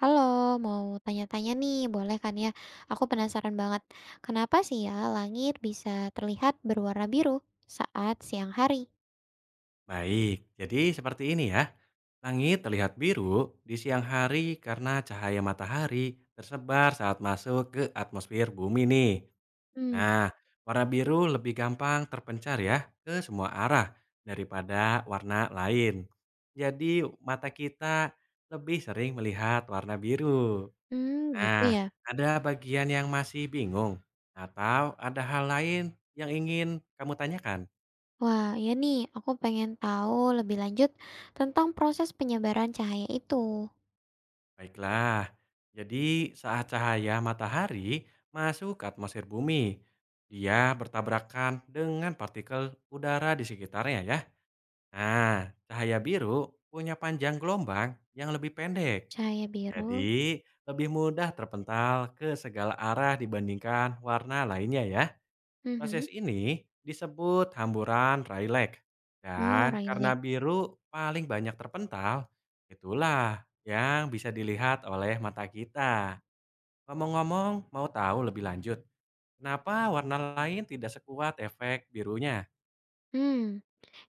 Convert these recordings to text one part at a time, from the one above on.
Halo, mau tanya-tanya nih, boleh kan ya? Aku penasaran banget, kenapa sih ya langit bisa terlihat berwarna biru saat siang hari? Baik, jadi seperti ini ya. Langit terlihat biru di siang hari karena cahaya matahari tersebar saat masuk ke atmosfer bumi nih. Hmm, Nah, warna biru lebih gampang terpencar ya ke semua arah daripada warna lain. Jadi mata kita lebih sering melihat warna biru. Hmm, gitu Nah, ya. ada bagian yang masih bingung atau ada hal lain yang ingin kamu tanyakan? Wah, ya nih, aku pengen tahu lebih lanjut tentang proses penyebaran cahaya itu. Baiklah, jadi saat cahaya matahari masuk ke atmosfer bumi, dia bertabrakan dengan partikel udara di sekitarnya ya. Nah, cahaya biru punya panjang gelombang yang lebih pendek. Cahaya biru. Jadi, lebih mudah terpental ke segala arah dibandingkan warna lainnya ya. Mhm. Proses ini disebut hamburan Rayleigh. Oh, Dan karena really. biru paling banyak terpental, itulah yang bisa dilihat oleh mata kita. Ngomong-ngomong, mau tahu lebih lanjut, kenapa warna lain tidak sekuat efek birunya? Hmm,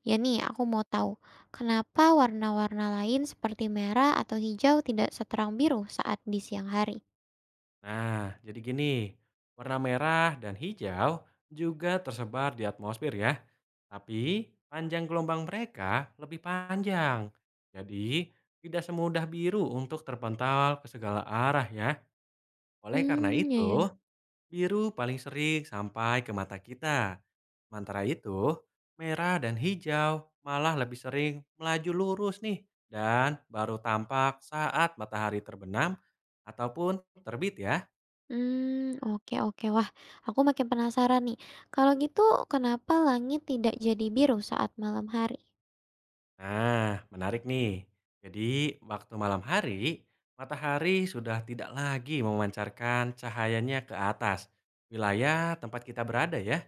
ya nih, aku mau tahu kenapa warna-warna lain seperti merah atau hijau tidak seterang biru saat di siang hari? Nah, jadi gini, warna merah dan hijau juga tersebar di atmosfer ya. Tapi panjang gelombang mereka lebih panjang. Jadi tidak semudah biru untuk terpental ke segala arah ya. Oleh karena Hmm, ya ya. itu, biru paling sering sampai ke mata kita. Sementara itu, merah dan hijau malah lebih sering melaju lurus nih dan baru tampak saat matahari terbenam ataupun terbit ya. Hmm oke oke. Wah, aku makin penasaran nih. Kalau gitu kenapa langit tidak jadi biru saat malam hari? Nah, menarik nih. Jadi, waktu malam hari, matahari sudah tidak lagi memancarkan cahayanya ke atas wilayah tempat kita berada ya.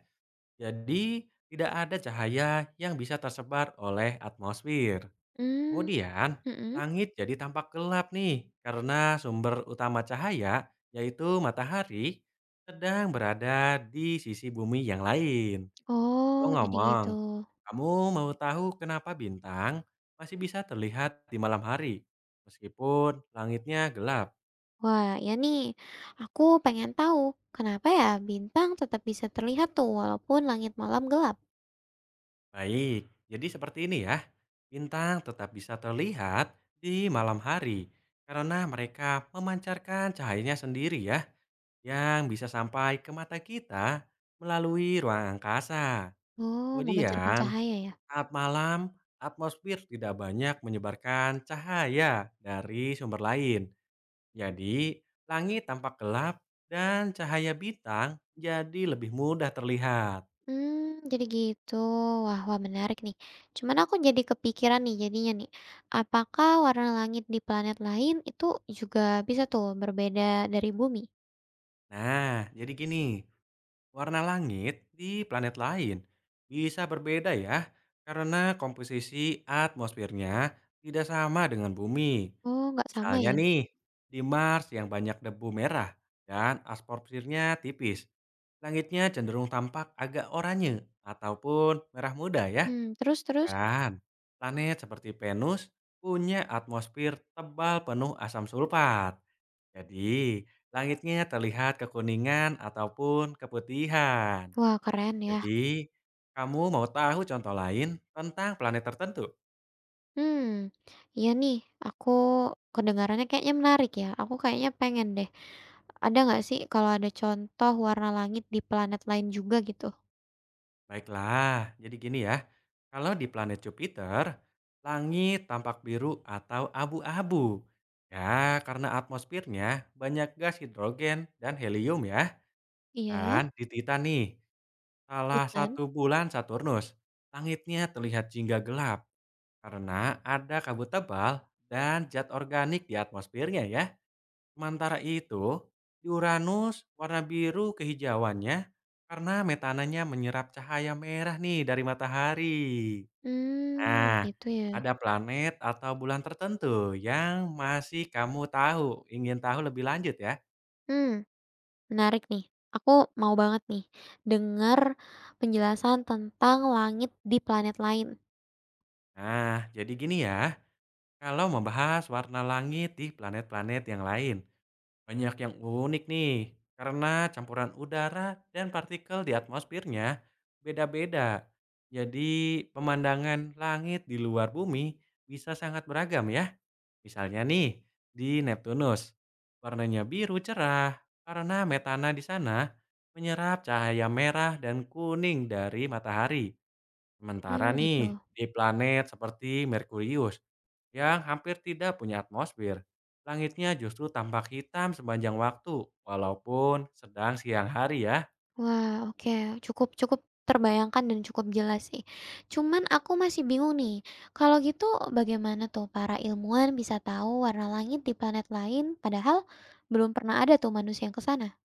Jadi, tidak ada cahaya yang bisa tersebar oleh atmosfer. Mmm, Kemudian, mhm. langit jadi tampak gelap nih karena sumber utama cahaya yaitu matahari sedang berada di sisi bumi yang lain. Oh, Oh, jadi ngomong, gitu. "Kamu mau tahu kenapa bintang masih bisa terlihat di malam hari meskipun langitnya gelap?" Wah, ya nih, aku pengen tahu kenapa ya bintang tetap bisa terlihat tuh walaupun langit malam gelap? Baik, jadi seperti ini ya. Bintang tetap bisa terlihat di malam hari karena mereka memancarkan cahayanya sendiri ya yang bisa sampai ke mata kita melalui ruang angkasa. Oh, memancarkan Kemudian, cahaya ya? saat malam, atmosfer tidak banyak menyebarkan cahaya dari sumber lain. Jadi, langit tampak gelap dan cahaya bintang jadi lebih mudah terlihat. Hmm, jadi gitu. Wah wah menarik nih. Cuman aku jadi kepikiran nih jadinya nih, apakah warna langit di planet lain itu juga bisa tuh berbeda dari bumi? Nah, jadi gini, warna langit di planet lain bisa berbeda ya, karena komposisi atmosfernya tidak sama dengan bumi. Oh nggak sama Misalnya ya? nih, di Mars yang banyak debu merah dan atmosfernya tipis. Langitnya cenderung tampak agak oranye ataupun merah muda ya. Mmm, terus terus? Kan Planet seperti Venus punya atmosfer tebal penuh asam sulfat. Jadi, langitnya terlihat kekuningan ataupun keputihan. Wah keren ya. Jadi, kamu mau tahu contoh lain tentang planet tertentu? Hmm, iya nih, aku kedengarannya kayaknya menarik ya, aku kayaknya pengen deh. Ada nggak sih kalau ada contoh warna langit di planet lain juga gitu? Baiklah, jadi gini ya. Kalau di planet Jupiter, langit tampak biru atau abu-abu. Ya, karena atmosfernya banyak gas hidrogen dan helium ya. Iya? Dan di Titan nih, salah Titan? satu bulan Saturnus, langitnya terlihat jingga gelap karena ada kabut tebal dan zat organik di atmosfernya ya. Sementara itu, di Uranus warna biru kehijauannya karena metananya menyerap cahaya merah nih dari matahari. Hmm, Nah, gitu ya. ada planet atau bulan tertentu yang masih kamu tahu, ingin tahu lebih lanjut ya. Hmm, menarik nih. Aku mau banget nih dengar penjelasan tentang langit di planet lain. Nah, jadi gini ya, kalau membahas warna langit di planet-planet yang lain. Banyak yang unik nih, karena campuran udara dan partikel di atmosfernya beda-beda. Jadi pemandangan langit di luar bumi bisa sangat beragam ya. Misalnya nih, di Neptunus, warnanya biru cerah karena metana di sana menyerap cahaya merah dan kuning dari matahari. Sementara Hmm, nih, gitu. di planet seperti Merkurius yang hampir tidak punya atmosfer, langitnya justru tampak hitam sepanjang waktu walaupun sedang siang hari ya. Wah, oke. Cukup cukup terbayangkan dan cukup jelas sih. Cuman aku masih bingung nih. Kalau gitu bagaimana tuh para ilmuwan bisa tahu warna langit di planet lain padahal belum pernah ada tuh manusia yang ke sana?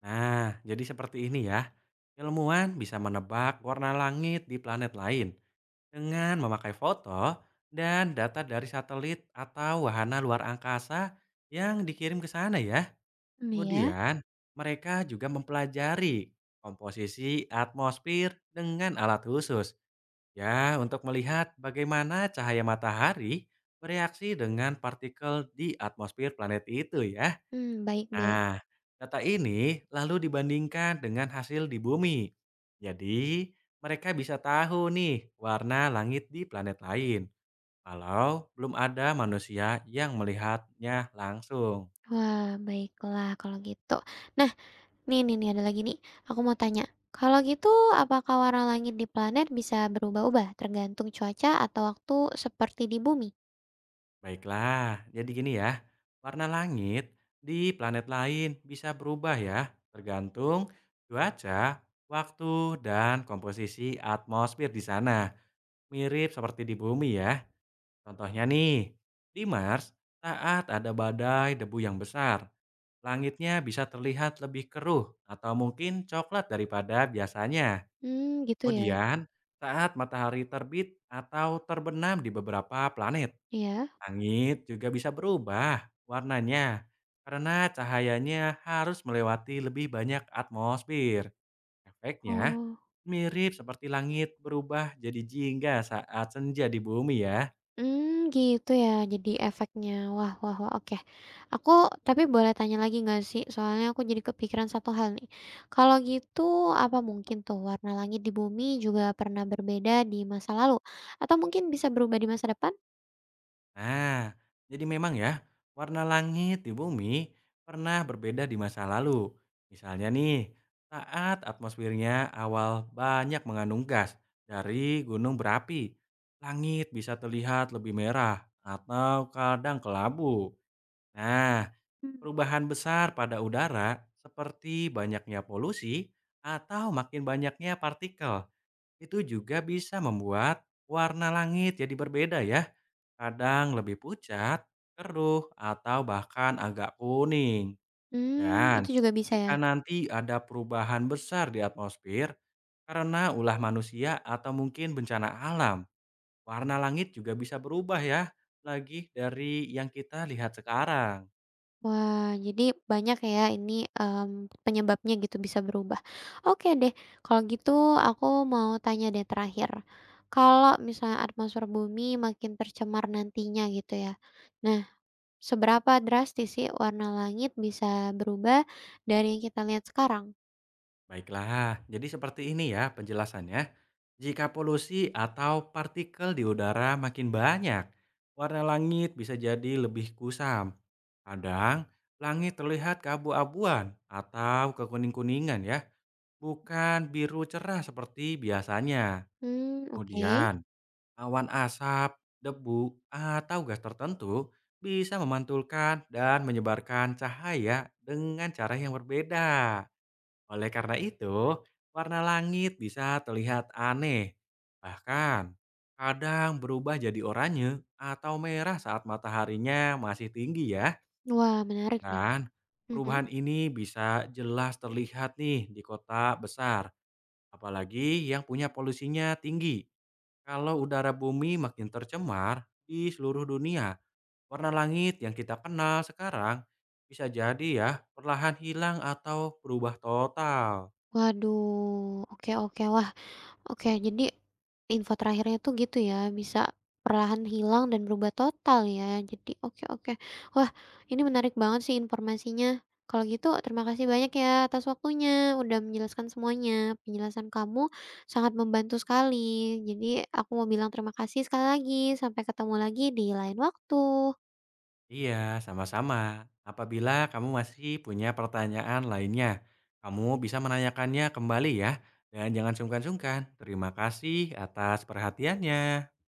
Nah, jadi seperti ini ya. Ilmuwan bisa menebak warna langit di planet lain dengan memakai foto dan data dari satelit atau wahana luar angkasa yang dikirim ke sana ya. Hmm, ya. Kemudian, mereka juga mempelajari komposisi atmosfer dengan alat khusus, ya, untuk melihat bagaimana cahaya matahari bereaksi dengan partikel di atmosfer planet itu, ya. Hmm, baik-baik. Nah, data ini lalu dibandingkan dengan hasil di bumi. Jadi, mereka bisa tahu nih warna langit di planet lain, walau belum ada manusia yang melihatnya langsung. Wah, baiklah kalau gitu. Nah, nih nih nih, ada lagi nih. Aku mau tanya, kalau gitu apakah warna langit di planet bisa berubah-ubah tergantung cuaca atau waktu seperti di bumi? Baiklah, jadi gini ya, warna langit di planet lain bisa berubah ya, tergantung cuaca, waktu, dan komposisi atmosfer di sana. Mirip seperti di bumi ya. Contohnya nih, di Mars, saat ada badai debu yang besar, langitnya bisa terlihat lebih keruh atau mungkin coklat daripada biasanya. Hmm, gitu ya. Kemudian, saat matahari terbit atau terbenam di beberapa planet, Iya. langit juga bisa berubah warnanya karena cahayanya harus melewati lebih banyak atmosfer. Efeknya Oh. mirip seperti langit berubah jadi jingga saat senja di bumi ya. Hmm, gitu ya. Jadi efeknya. Wah, wah, wah. Oke. Aku tapi boleh tanya lagi nggak sih? Soalnya aku jadi kepikiran satu hal nih. Kalau gitu, apa mungkin tuh warna langit di bumi juga pernah berbeda di masa lalu? Atau mungkin bisa berubah di masa depan? Nah, jadi memang ya, warna langit di bumi pernah berbeda di masa lalu. Misalnya nih, saat atmosfernya awal banyak mengandung gas dari gunung berapi, langit bisa terlihat lebih merah atau kadang kelabu. Nah, Hmm. perubahan besar pada udara seperti banyaknya polusi atau makin banyaknya partikel itu juga bisa membuat warna langit jadi berbeda ya. Kadang lebih pucat, keruh, atau bahkan agak kuning. Hmm, itu Dan juga bisa ya. jika nanti ada perubahan besar di atmosfer karena ulah manusia atau mungkin bencana alam, warna langit juga bisa berubah ya, lagi dari yang kita lihat sekarang. Wah, jadi banyak ya ini, penyebabnya gitu bisa berubah. Oke deh, kalau gitu aku mau tanya deh terakhir. Kalau misalnya atmosfer bumi makin tercemar nantinya gitu ya. Nah, seberapa drastis sih warna langit bisa berubah dari yang kita lihat sekarang? Baiklah, jadi seperti ini ya penjelasannya. Jika polusi atau partikel di udara makin banyak, warna langit bisa jadi lebih kusam. Kadang, langit terlihat keabu-abuan atau kekuning-kuningan ya, bukan biru cerah seperti biasanya. Hmm, oke. Kemudian, awan asap, debu, atau gas tertentu bisa memantulkan dan menyebarkan cahaya dengan cara yang berbeda. Oleh karena itu, warna langit bisa terlihat aneh. Bahkan, kadang berubah jadi oranye atau merah saat mataharinya masih tinggi ya. Wah menarik nih. Dan Mhm. perubahan ini bisa jelas terlihat nih di kota besar. Apalagi yang punya polusinya tinggi. Kalau udara bumi makin tercemar di seluruh dunia, warna langit yang kita kenal sekarang bisa jadi ya perlahan hilang atau berubah total. Waduh, oke oke. Wah. Oke, jadi info terakhirnya tuh gitu ya, bisa perlahan hilang dan berubah total ya. Jadi oke oke. Wah, ini menarik banget sih informasinya. Kalau gitu terima kasih banyak ya atas waktunya, udah menjelaskan semuanya. Penjelasan kamu sangat membantu sekali. Jadi aku mau bilang terima kasih sekali lagi. Sampai ketemu lagi di lain waktu. Iya, sama-sama. Apabila kamu masih punya pertanyaan lainnya, kamu bisa menanyakannya kembali ya. Dan jangan sungkan-sungkan. Terima kasih atas perhatiannya.